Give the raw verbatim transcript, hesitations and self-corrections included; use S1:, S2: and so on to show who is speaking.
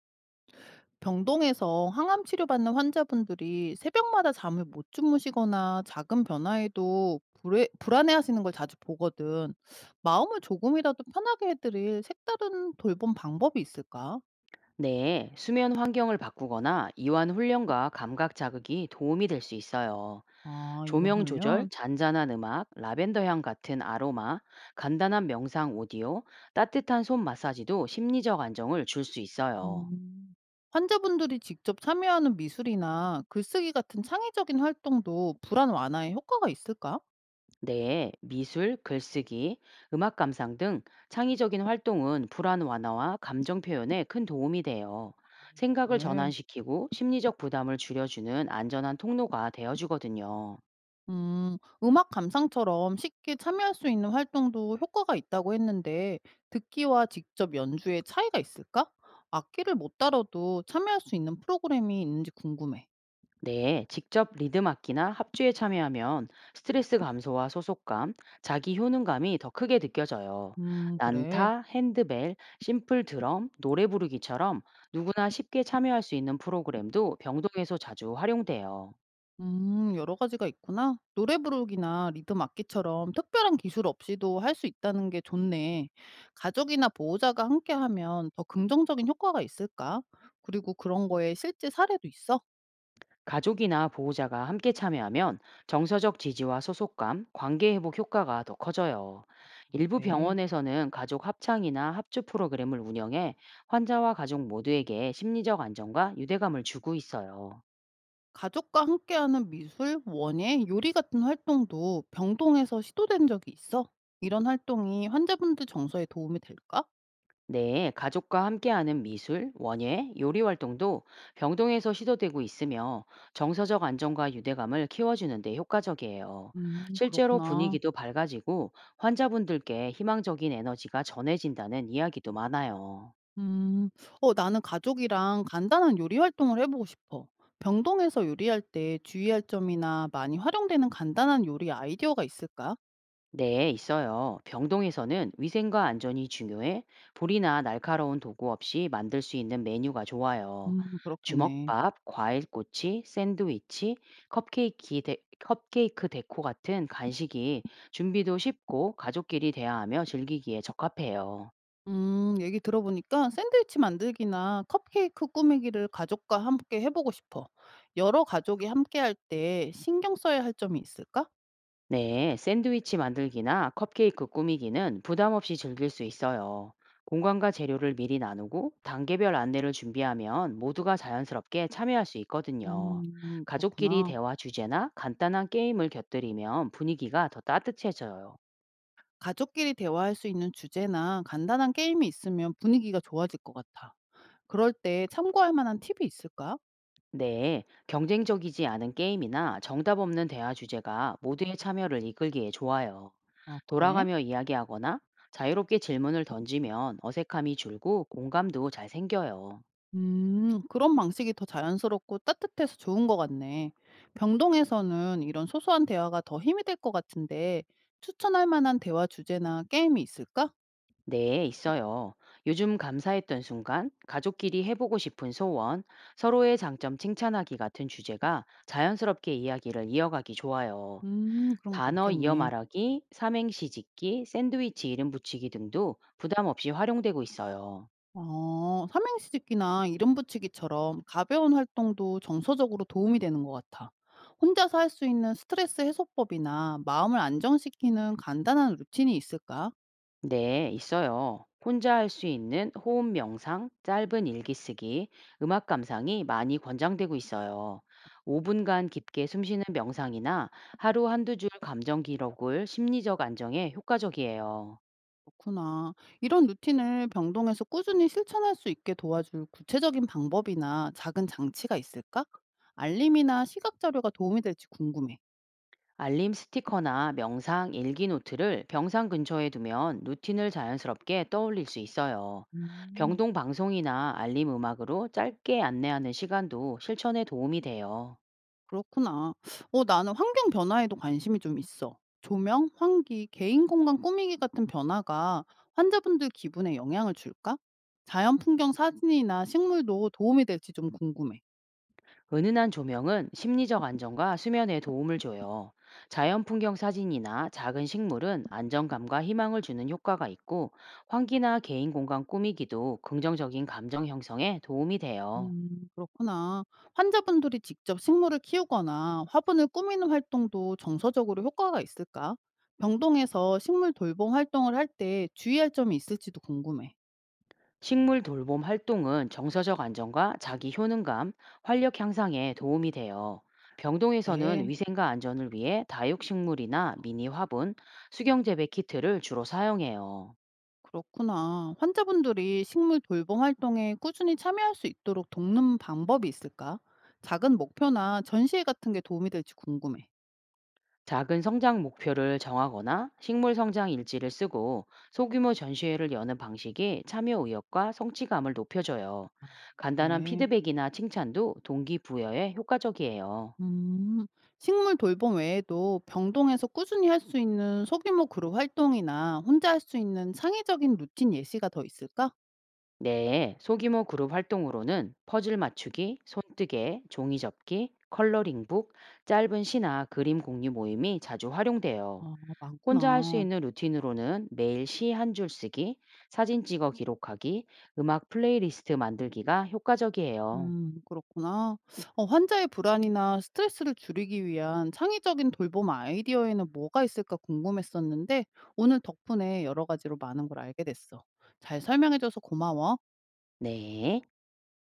S1: 병동에서 항암 치료받는 환자분들이 새벽마다 잠을 못 주무시거나 작은 변화에도 불에, 불안해하시는 걸 자주 보거든. 마음을 조금이라도 편하게 해드릴 색다른 돌봄 방법이 있을까?
S2: 네, 수면 환경을 바꾸거나 이완 훈련과 감각 자극이 도움이 될 수 있어요.
S1: 아,
S2: 조명 조절,
S1: 이완훈련?
S2: 잔잔한 음악, 라벤더 향 같은 아로마, 간단한 명상 오디오, 따뜻한 손 마사지도 심리적 안정을 줄 수 있어요.
S1: 음. 환자분들이 직접 참여하는 미술이나 글쓰기 같은 창의적인 활동도 불안 완화에 효과가 있을까?
S2: 네, 미술, 글쓰기, 음악 감상 등 창의적인 활동은 불안 완화와 감정 표현에 큰 도움이 돼요. 생각을
S1: 그래.
S2: 전환시키고 심리적 부담을 줄여주는 안전한 통로가 되어주거든요.
S1: 음, 음악 감상처럼 쉽게 참여할 수 있는 활동도 효과가 있다고 했는데, 듣기와 직접 연주의 차이가 있을까? 악기를 못 다뤄도 참여할 수 있는 프로그램이 있는지 궁금해.
S2: 네, 직접 리듬 악기나 합주에 참여하면 스트레스 감소와 소속감, 자기 효능감이 더 크게 느껴져요.
S1: 음, 그래.
S2: 난타, 핸드벨, 심플 드럼, 노래 부르기처럼 누구나 쉽게 참여할 수 있는 프로그램도 병동에서 자주 활용돼요.
S1: 음, 여러 가지가 있구나. 노래 부르기나 리듬 악기처럼 특별한 기술 없이도 할 수 있다는 게 좋네. 가족이나 보호자가 함께 하면 더 긍정적인 효과가 있을까? 그리고 그런 거에 실제 사례도 있어?
S2: 가족이나 보호자가 함께 참여하면 정서적 지지와 소속감, 관계 회복 효과가 더 커져요. 일부
S1: 그래.
S2: 병원에서는 가족 합창이나 합주 프로그램을 운영해 환자와 가족 모두에게 심리적 안정과 유대감을 주고 있어요.
S1: 가족과 함께하는 미술, 원예, 요리 같은 활동도 병동에서 시도된 적이 있어? 이런 활동이 환자분들 정서에 도움이 될까?
S2: 네, 가족과 함께하는 미술, 원예, 요리 활동도 병동에서 시도되고 있으며 정서적 안정과 유대감을 키워주는데 효과적이에요.
S1: 음,
S2: 실제로
S1: 그렇구나.
S2: 분위기도 밝아지고 환자분들께 희망적인 에너지가 전해진다는 이야기도 많아요.
S1: 음, 어, 나는 가족이랑 간단한 요리 활동을 해보고 싶어. 병동에서 요리할 때 주의할 점이나 많이 활용되는 간단한 요리 아이디어가 있을까?
S2: 네, 있어요. 병동에서는 위생과 안전이 중요해 볼이나 날카로운 도구 없이 만들 수 있는 메뉴가 좋아요.
S1: 음, 그렇겠네.
S2: 주먹밥, 과일꼬치, 샌드위치, 컵케이크, 데, 컵케이크 데코 같은 간식이 준비도 쉽고 가족끼리 대화하며 즐기기에 적합해요.
S1: 음 얘기 들어보니까 샌드위치 만들기나 컵케이크 꾸미기를 가족과 함께 해보고 싶어. 여러 가족이 함께 할 때 신경 써야 할 점이 있을까?
S2: 네, 샌드위치 만들기나 컵케이크 꾸미기는 부담 없이 즐길 수 있어요. 공간과 재료를 미리 나누고 단계별 안내를 준비하면 모두가 자연스럽게 참여할 수 있거든요.
S1: 음,
S2: 가족끼리
S1: 그렇구나.
S2: 대화 주제나 간단한 게임을 곁들이면 분위기가 더 따뜻해져요.
S1: 가족끼리 대화할 수 있는 주제나 간단한 게임이 있으면 분위기가 좋아질 것 같아. 그럴 때 참고할 만한 팁이 있을까?
S2: 네, 경쟁적이지 않은 게임이나 정답 없는 대화 주제가 모두의 참여를 이끌기에 좋아요.
S1: 아, 그래?
S2: 돌아가며 이야기하거나 자유롭게 질문을 던지면 어색함이 줄고 공감도 잘 생겨요.
S1: 음, 그런 방식이 더 자연스럽고 따뜻해서 좋은 것 같네. 병동에서는 이런 소소한 대화가 더 힘이 될 것 같은데, 추천할 만한 대화 주제나 게임이 있을까?
S2: 네, 있어요. 요즘 감사했던 순간, 가족끼리 해보고 싶은 소원, 서로의 장점 칭찬하기 같은 주제가 자연스럽게 이야기를 이어가기 좋아요.
S1: 음, 그런 거
S2: 단어 이어
S1: 좋겠네.
S2: 말하기, 삼행시 짓기, 샌드위치 이름 붙이기 등도 부담 없이 활용되고 있어요.
S1: 어, 삼행시 짓기나 이름 붙이기처럼 가벼운 활동도 정서적으로 도움이 되는 것 같아. 혼자서 할 수 있는 스트레스 해소법이나 마음을 안정시키는 간단한 루틴이 있을까?
S2: 네, 있어요. 혼자 할 수 있는 호흡 명상, 짧은 일기 쓰기, 음악 감상이 많이 권장되고 있어요. 오 분간 깊게 숨쉬는 명상이나 하루 한두 줄 감정 기록을 심리적 안정에 효과적이에요.
S1: 그렇구나. 이런 루틴을 병동에서 꾸준히 실천할 수 있게 도와줄 구체적인 방법이나 작은 장치가 있을까? 알림이나 시각 자료가 도움이 될지 궁금해.
S2: 알림 스티커나 명상 일기 노트를 병상 근처에 두면 루틴을 자연스럽게 떠올릴 수 있어요.
S1: 음,
S2: 병동 방송이나 알림 음악으로 짧게 안내하는 시간도 실천에 도움이 돼요.
S1: 그렇구나. 어, 나는 환경 변화에도 관심이 좀 있어. 조명, 환기, 개인 공간 꾸미기 같은 변화가 환자분들 기분에 영향을 줄까? 자연 풍경 사진이나 식물도 도움이 될지 좀 궁금해.
S2: 은은한 조명은 심리적 안정과 수면에 도움을 줘요. 자연 풍경 사진이나 작은 식물은 안정감과 희망을 주는 효과가 있고, 환기나 개인 공간 꾸미기도 긍정적인 감정 형성에 도움이 돼요.
S1: 음, 그렇구나. 환자분들이 직접 식물을 키우거나 화분을 꾸미는 활동도 정서적으로 효과가 있을까? 병동에서 식물 돌봄 활동을 할 때 주의할 점이 있을지도 궁금해.
S2: 식물 돌봄 활동은 정서적 안정과 자기 효능감, 활력 향상에 도움이 돼요. 병동에서는
S1: 네,
S2: 위생과 안전을 위해 다육식물이나 미니 화분, 수경재배 키트를 주로 사용해요.
S1: 그렇구나. 환자분들이 식물 돌봄 활동에 꾸준히 참여할 수 있도록 돕는 방법이 있을까? 작은 목표나 전시회 같은 게 도움이 될지 궁금해.
S2: 작은 성장 목표를 정하거나 식물 성장 일지를 쓰고 소규모 전시회를 여는 방식이 참여 의욕과 성취감을 높여줘요.
S1: 아,
S2: 간단한
S1: 네.
S2: 피드백이나 칭찬도 동기부여에 효과적이에요.
S1: 음, 식물 돌봄 외에도 병동에서 꾸준히 할 수 있는 소규모 그룹 활동이나 혼자 할 수 있는 창의적인 루틴 예시가 더 있을까?
S2: 네, 소규모 그룹 활동으로는 퍼즐 맞추기, 손뜨개, 종이 접기, 컬러링북, 짧은 시나 그림 공유 모임이 자주 활용돼요.
S1: 아,
S2: 혼자 할 수
S1: 많구나.
S2: 있는 루틴으로는 매일 시 한 줄 쓰기, 사진 찍어 기록하기, 음악 플레이리스트 만들기가 효과적이에요.
S1: 음, 그렇구나. 어, 환자의 불안이나 스트레스를 줄이기 위한 창의적인 돌봄 아이디어에는 뭐가 있을까 궁금했었는데 오늘 덕분에 여러 가지로 많은 걸 알게 됐어. 잘 설명해줘서 고마워.
S2: 네.